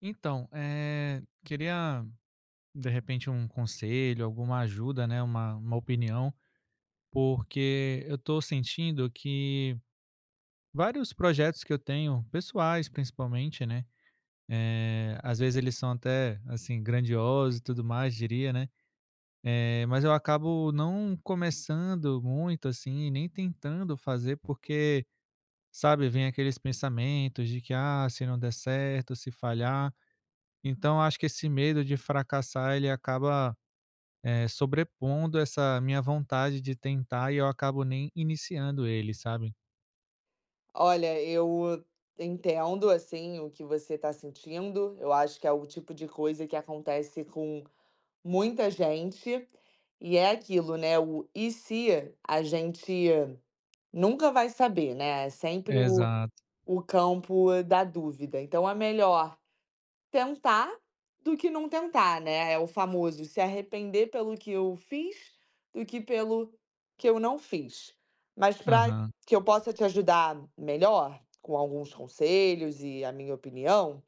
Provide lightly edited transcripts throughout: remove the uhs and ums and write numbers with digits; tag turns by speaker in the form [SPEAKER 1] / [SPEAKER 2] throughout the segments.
[SPEAKER 1] Então, queria de repente um conselho, alguma ajuda, né, uma opinião, porque eu estou sentindo que vários projetos que eu tenho, pessoais principalmente, né, às vezes eles são até, assim, grandiosos e tudo mais, diria, né, mas eu acabo não começando muito, assim, nem tentando fazer porque, sabe, vem aqueles pensamentos de que: "Ah, se não der certo, se falhar". Então acho que esse medo de fracassar ele acaba, sobrepondo essa minha vontade de tentar e eu acabo nem iniciando ele, sabe.
[SPEAKER 2] Olha, eu entendo, assim, o que você está sentindo. Eu acho que é o tipo de coisa que acontece com muita gente. E é aquilo, né, o "e se", a gente nunca vai saber, né, é sempre
[SPEAKER 1] Exato.
[SPEAKER 2] o campo da dúvida. Então é melhor tentar do que não tentar, né, é o famoso se arrepender pelo que eu fiz, do que pelo que eu não fiz. Mas para
[SPEAKER 1] Aham.
[SPEAKER 2] que eu possa te ajudar melhor, com alguns conselhos e a minha opinião,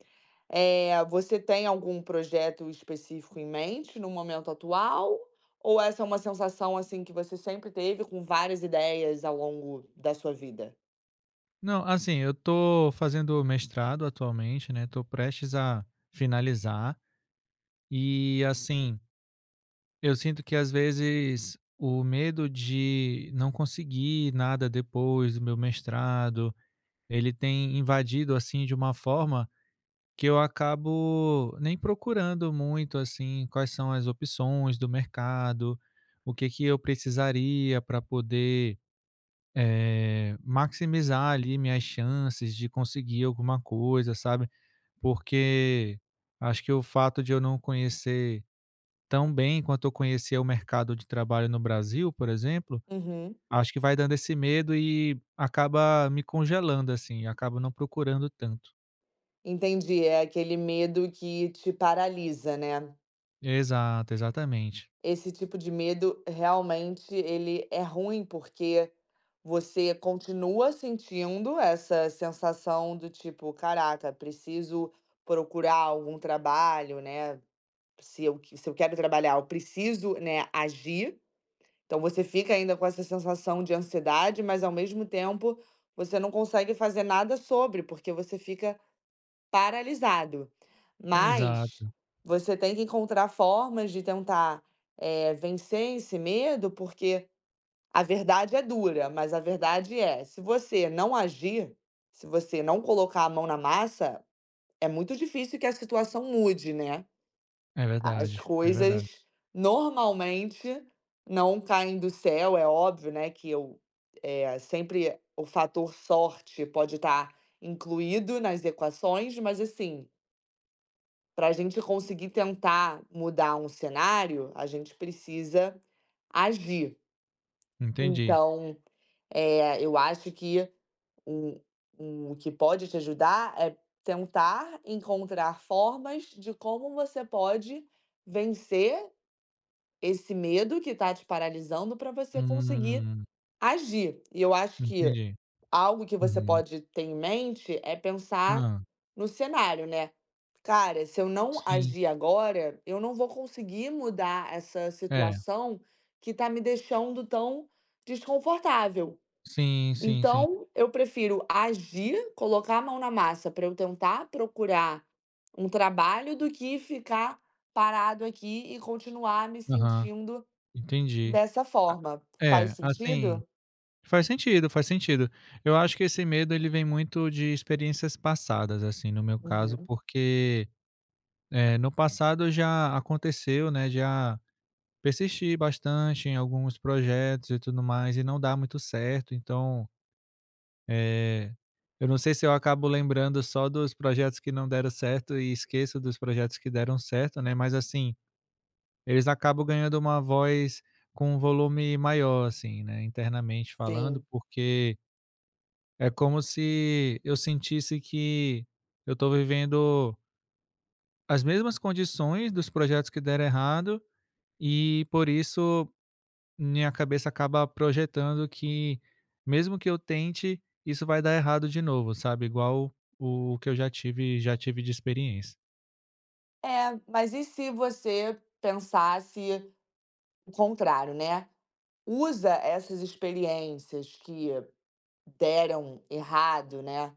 [SPEAKER 2] você tem algum projeto específico em mente no momento atual, ou essa é uma sensação, assim, que você sempre teve com várias ideias ao longo da sua vida?
[SPEAKER 1] Não, assim, eu tô fazendo mestrado atualmente, né, tô prestes a finalizar e, assim, eu sinto que às vezes o medo de não conseguir nada depois do meu mestrado, ele tem invadido, assim, de uma forma que eu acabo nem procurando muito, assim, quais são as opções do mercado, o que que eu precisaria para poder, maximizar ali minhas chances de conseguir alguma coisa, sabe. Porque acho que o fato de eu não conhecer tão bem quanto eu conhecia o mercado de trabalho no Brasil, por exemplo,
[SPEAKER 2] Uhum,
[SPEAKER 1] acho que vai dando esse medo e acaba me congelando, assim, acaba não procurando tanto.
[SPEAKER 2] entendi, é aquele medo que te paralisa, né?
[SPEAKER 1] Exato, exatamente.
[SPEAKER 2] Esse tipo de medo realmente ele é ruim, porque você continua sentindo essa sensação do tipo: "Caraca, preciso procurar algum trabalho, né, se eu quero trabalhar, eu preciso, né, agir". Então você fica ainda com essa sensação de ansiedade, mas ao mesmo tempo você não consegue fazer nada sobre, porque você fica paralisado. Mas
[SPEAKER 1] Exato.
[SPEAKER 2] você tem que encontrar formas de tentar, vencer esse medo, porque a verdade é dura, mas a verdade é, se você não agir, se você não colocar a mão na massa, é muito difícil que a situação mude, né.
[SPEAKER 1] É
[SPEAKER 2] As
[SPEAKER 1] verdade, é verdade.
[SPEAKER 2] coisas normalmente não caem do céu, é óbvio, né, que eu, eh, sempre o fator sorte pode estar incluído nas equações, mas assim, para a gente conseguir tentar mudar um cenário, a gente precisa agir.
[SPEAKER 1] Entendi.
[SPEAKER 2] Então, eu acho que um o que pode te ajudar é tentar encontrar formas de como você pode vencer esse medo que está te paralisando para você conseguir
[SPEAKER 1] Hum,
[SPEAKER 2] agir. E eu acho que
[SPEAKER 1] entendi.
[SPEAKER 2] algo que você
[SPEAKER 1] Uhum.
[SPEAKER 2] pode ter em mente é pensar
[SPEAKER 1] Hã,
[SPEAKER 2] no cenário, né. Cara, se eu não
[SPEAKER 1] sim.
[SPEAKER 2] agir agora, eu não vou conseguir mudar essa
[SPEAKER 1] É.
[SPEAKER 2] situação que tá me deixando tão desconfortável.
[SPEAKER 1] Sim, sim, sim.
[SPEAKER 2] Então, eu prefiro agir, colocar a mão na massa para eu tentar procurar um trabalho, do que ficar parado aqui e continuar me
[SPEAKER 1] Aham,
[SPEAKER 2] sentindo
[SPEAKER 1] entendi.
[SPEAKER 2] dessa
[SPEAKER 1] A
[SPEAKER 2] forma. Faz
[SPEAKER 1] é, assim,
[SPEAKER 2] sentido?
[SPEAKER 1] faz sentido, faz sentido. Eu acho que esse medo ele vem muito de experiências passadas, assim, no meu caso,
[SPEAKER 2] Uhum,
[SPEAKER 1] porque, no passado já aconteceu, né, já persisti bastante em alguns projetos e tudo mais e não dá muito certo, então Eh, eu não sei se eu acabo lembrando só dos projetos que não deram certo e esqueço dos projetos que deram certo, né, mas assim, eles acabam ganhando uma voz com um volume maior, assim, né, internamente falando,
[SPEAKER 2] sim.
[SPEAKER 1] porque é como se eu sentisse que eu estou vivendo as mesmas condições dos projetos que deram errado e, por isso, minha cabeça acaba projetando que, mesmo que eu tente, isso vai dar errado de novo, sabe, igual o que eu já tive de experiência.
[SPEAKER 2] É, mas e se você pensasse o contrário, né? Usa essas experiências que deram errado, né,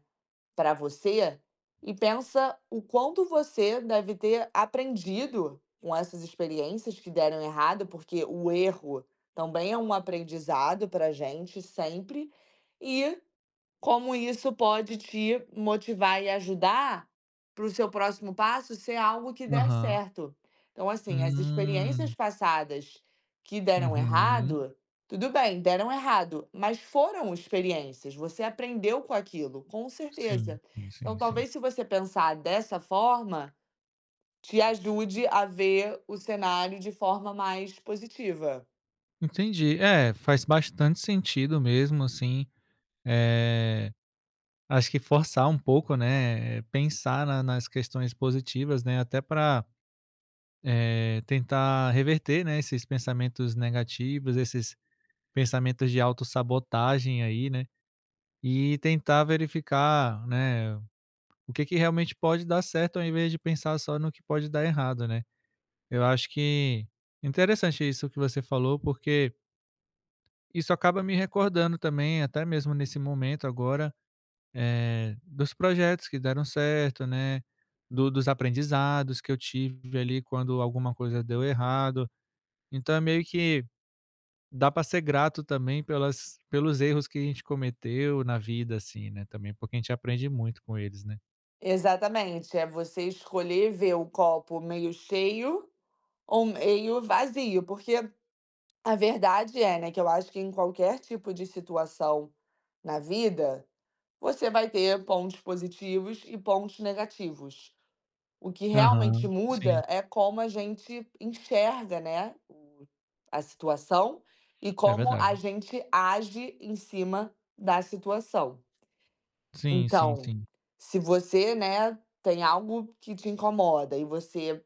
[SPEAKER 2] para você e pensa o quanto você deve ter aprendido com essas experiências que deram errado, porque o erro também é um aprendizado para gente sempre. E como isso pode te motivar e ajudar para o seu próximo passo ser algo que der
[SPEAKER 1] Aham.
[SPEAKER 2] certo. Então, assim, as experiências
[SPEAKER 1] Hum.
[SPEAKER 2] passadas que deram
[SPEAKER 1] Uhum.
[SPEAKER 2] errado, tudo bem, deram errado, mas foram experiências, você aprendeu com aquilo, com
[SPEAKER 1] Sim,
[SPEAKER 2] certeza.
[SPEAKER 1] sim,
[SPEAKER 2] Então,
[SPEAKER 1] sim, sim.
[SPEAKER 2] talvez se você pensar dessa forma, te ajude a ver o cenário de forma mais positiva.
[SPEAKER 1] Entendi. É, faz bastante sentido mesmo, assim, eh, acho que forçar um pouco, né, pensar na nas questões positivas, né, até para tentar reverter, né, esses pensamentos negativos, esses pensamentos de autossabotagem aí, né, e tentar verificar, né, o que que realmente pode dar certo ao invés de pensar só no que pode dar errado, né. Eu acho que interessante isso que você falou, porque isso acaba me recordando também, até mesmo nesse momento agora, dos projetos que deram certo, né, do dos aprendizados que eu tive ali quando alguma coisa deu errado. Então é meio que dá para ser grato também pelas pelos erros que a gente cometeu na vida, assim, né, também, porque a gente aprende muito com eles, né.
[SPEAKER 2] Exatamente, é você escolher ver o copo meio cheio ou meio vazio, porque a verdade é, né, que eu acho que em qualquer tipo de situação na vida, você vai ter pontos positivos e pontos negativos. O que realmente
[SPEAKER 1] Aham, sim,
[SPEAKER 2] muda é como a gente enxerga, né, o a situação e
[SPEAKER 1] é
[SPEAKER 2] como
[SPEAKER 1] verdade.
[SPEAKER 2] a gente age em cima da situação.
[SPEAKER 1] Sim, sim,
[SPEAKER 2] Então,
[SPEAKER 1] sim.
[SPEAKER 2] se você, né, tem algo que te incomoda e você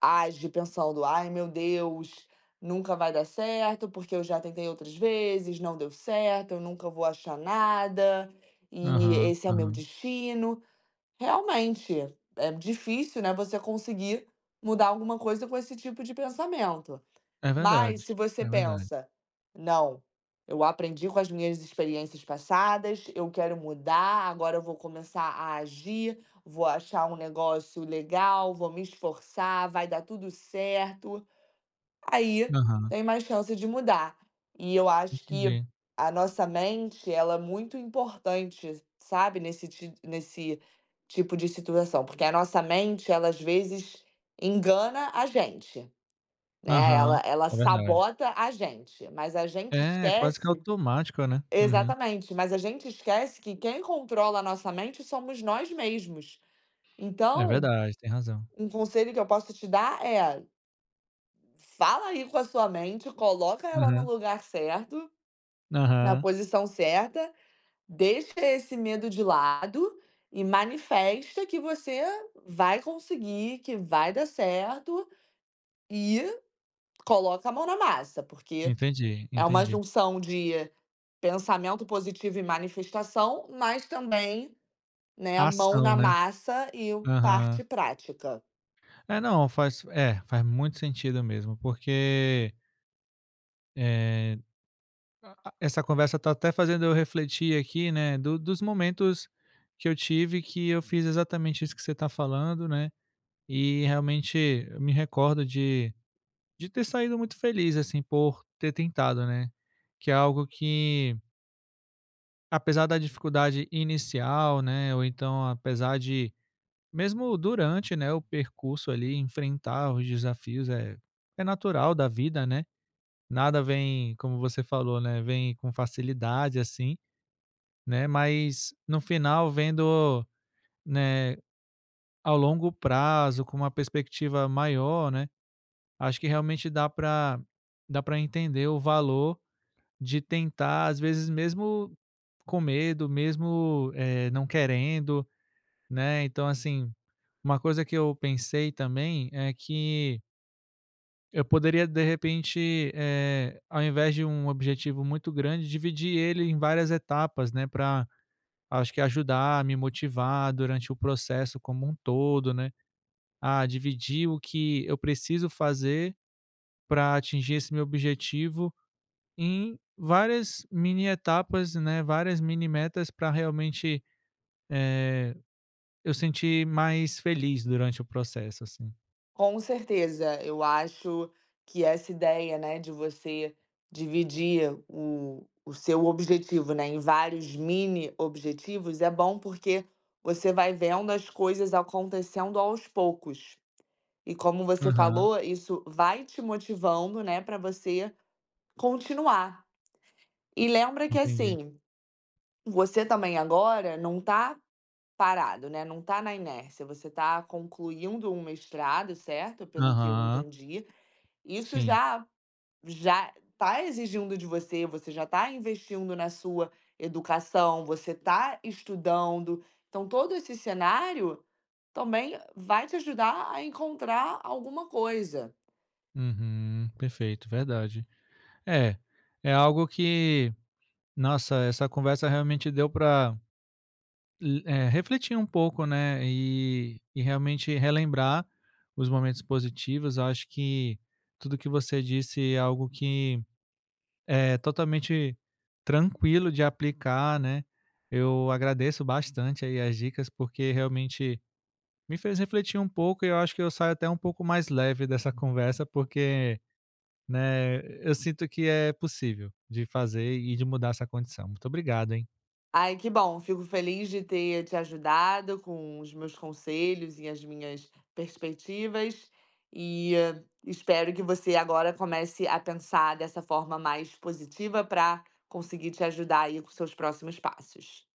[SPEAKER 2] age pensando: "Ai, meu Deus, nunca vai dar certo, porque eu já tentei outras vezes, não deu certo, eu nunca vou achar nada, e
[SPEAKER 1] Aham,
[SPEAKER 2] esse é meu
[SPEAKER 1] aham.
[SPEAKER 2] destino". Realmente, é difícil, né, você conseguir mudar alguma coisa com esse tipo de pensamento.
[SPEAKER 1] É
[SPEAKER 2] Mas
[SPEAKER 1] verdade,
[SPEAKER 2] se você
[SPEAKER 1] é verdade.
[SPEAKER 2] pensa: "Não, eu aprendi com as minhas experiências passadas, eu quero mudar, agora eu vou começar a agir, vou achar um negócio legal, vou me esforçar, vai dar tudo certo", aí
[SPEAKER 1] Aham,
[SPEAKER 2] tem mais chance de mudar. E eu acho que
[SPEAKER 1] entendi.
[SPEAKER 2] a nossa mente, ela é muito importante, sabe, nesse tipo de situação, porque a nossa mente, ela às vezes engana a gente. Né,
[SPEAKER 1] Aham,
[SPEAKER 2] ela
[SPEAKER 1] é verdade.
[SPEAKER 2] sabota a gente, mas a gente
[SPEAKER 1] É, quase que é
[SPEAKER 2] esquece
[SPEAKER 1] automático, né. Uhum.
[SPEAKER 2] exatamente, mas a gente esquece que quem controla a nossa mente somos nós mesmos.
[SPEAKER 1] É
[SPEAKER 2] Então,
[SPEAKER 1] verdade, tem razão.
[SPEAKER 2] um conselho que eu posso te dar é: fala aí com a sua mente, coloca ela no
[SPEAKER 1] Aham,
[SPEAKER 2] lugar certo, na
[SPEAKER 1] aham.
[SPEAKER 2] posição certa, deixa esse medo de lado e manifesta que você vai conseguir, que vai dar certo e coloca a mão na massa, porque
[SPEAKER 1] Entendi,
[SPEAKER 2] é uma
[SPEAKER 1] entendi.
[SPEAKER 2] junção de pensamento positivo e manifestação, mas também, né, a
[SPEAKER 1] A
[SPEAKER 2] mão
[SPEAKER 1] ação,
[SPEAKER 2] na
[SPEAKER 1] né.
[SPEAKER 2] massa e o
[SPEAKER 1] Aham.
[SPEAKER 2] parte prática.
[SPEAKER 1] É, não, faz é, faz muito sentido mesmo, porque, eh essa conversa tá até fazendo eu refletir aqui, né, do dos momentos que eu tive que eu fiz exatamente isso que você tá falando, né, e realmente eu me recordo de ter saído muito feliz, assim, por ter tentado, né, que é algo que, apesar da dificuldade inicial, né, ou então apesar de mesmo durante, né, o percurso ali, enfrentar os desafios é natural da vida, né, nada vem, como você falou, né, vem com facilidade, assim, né, mas no final vendo, né, ao longo prazo, com uma perspectiva maior, né, acho que realmente dá para entender o valor de tentar, às vezes mesmo com medo, mesmo, não querendo, né. Então assim, uma coisa que eu pensei também é que eu poderia de repente, ao invés de um objetivo muito grande, dividir ele em várias etapas, né, para, acho que, ajudar a me motivar durante o processo como um todo, né? A dividir o que eu preciso fazer para atingir esse meu objetivo em várias mini etapas, né? Várias mini metas para realmente eu sentir mais feliz durante o processo, assim.
[SPEAKER 2] Com certeza, eu acho que essa ideia, né, de você dividir o seu objetivo, né, em vários mini objetivos é bom porque você vai vendo as coisas acontecendo aos poucos. E como você
[SPEAKER 1] Aham,
[SPEAKER 2] falou, isso vai te motivando, né, para você continuar. E lembra que
[SPEAKER 1] entendi.
[SPEAKER 2] assim, você também agora não está parado, né, não está na inércia, você está concluindo um mestrado, certo? Pelo que eu
[SPEAKER 1] Aham,
[SPEAKER 2] entendi. Isso
[SPEAKER 1] sim.
[SPEAKER 2] já está exigindo de você, você já está investindo na sua educação, você está estudando. Então todo esse cenário também vai te ajudar a encontrar alguma coisa.
[SPEAKER 1] Uhum, perfeito, verdade. É, é algo que, nossa, essa conversa realmente deu para refletir um pouco, né, e realmente relembrar os momentos positivos. Eu acho que tudo que você disse é algo que é totalmente tranquilo de aplicar, né. Eu agradeço bastante aí as dicas, porque realmente me fez refletir um pouco e eu acho que eu saio até um pouco mais leve dessa conversa, porque, né, eu sinto que é possível de fazer e de mudar essa condição. Muito obrigado, hein.
[SPEAKER 2] Ai, que bom. Fico feliz de ter te ajudado com os meus conselhos e as minhas perspectivas. E espero que você agora comece a pensar dessa forma mais positiva para conseguir te ajudar aí com seus próximos passos.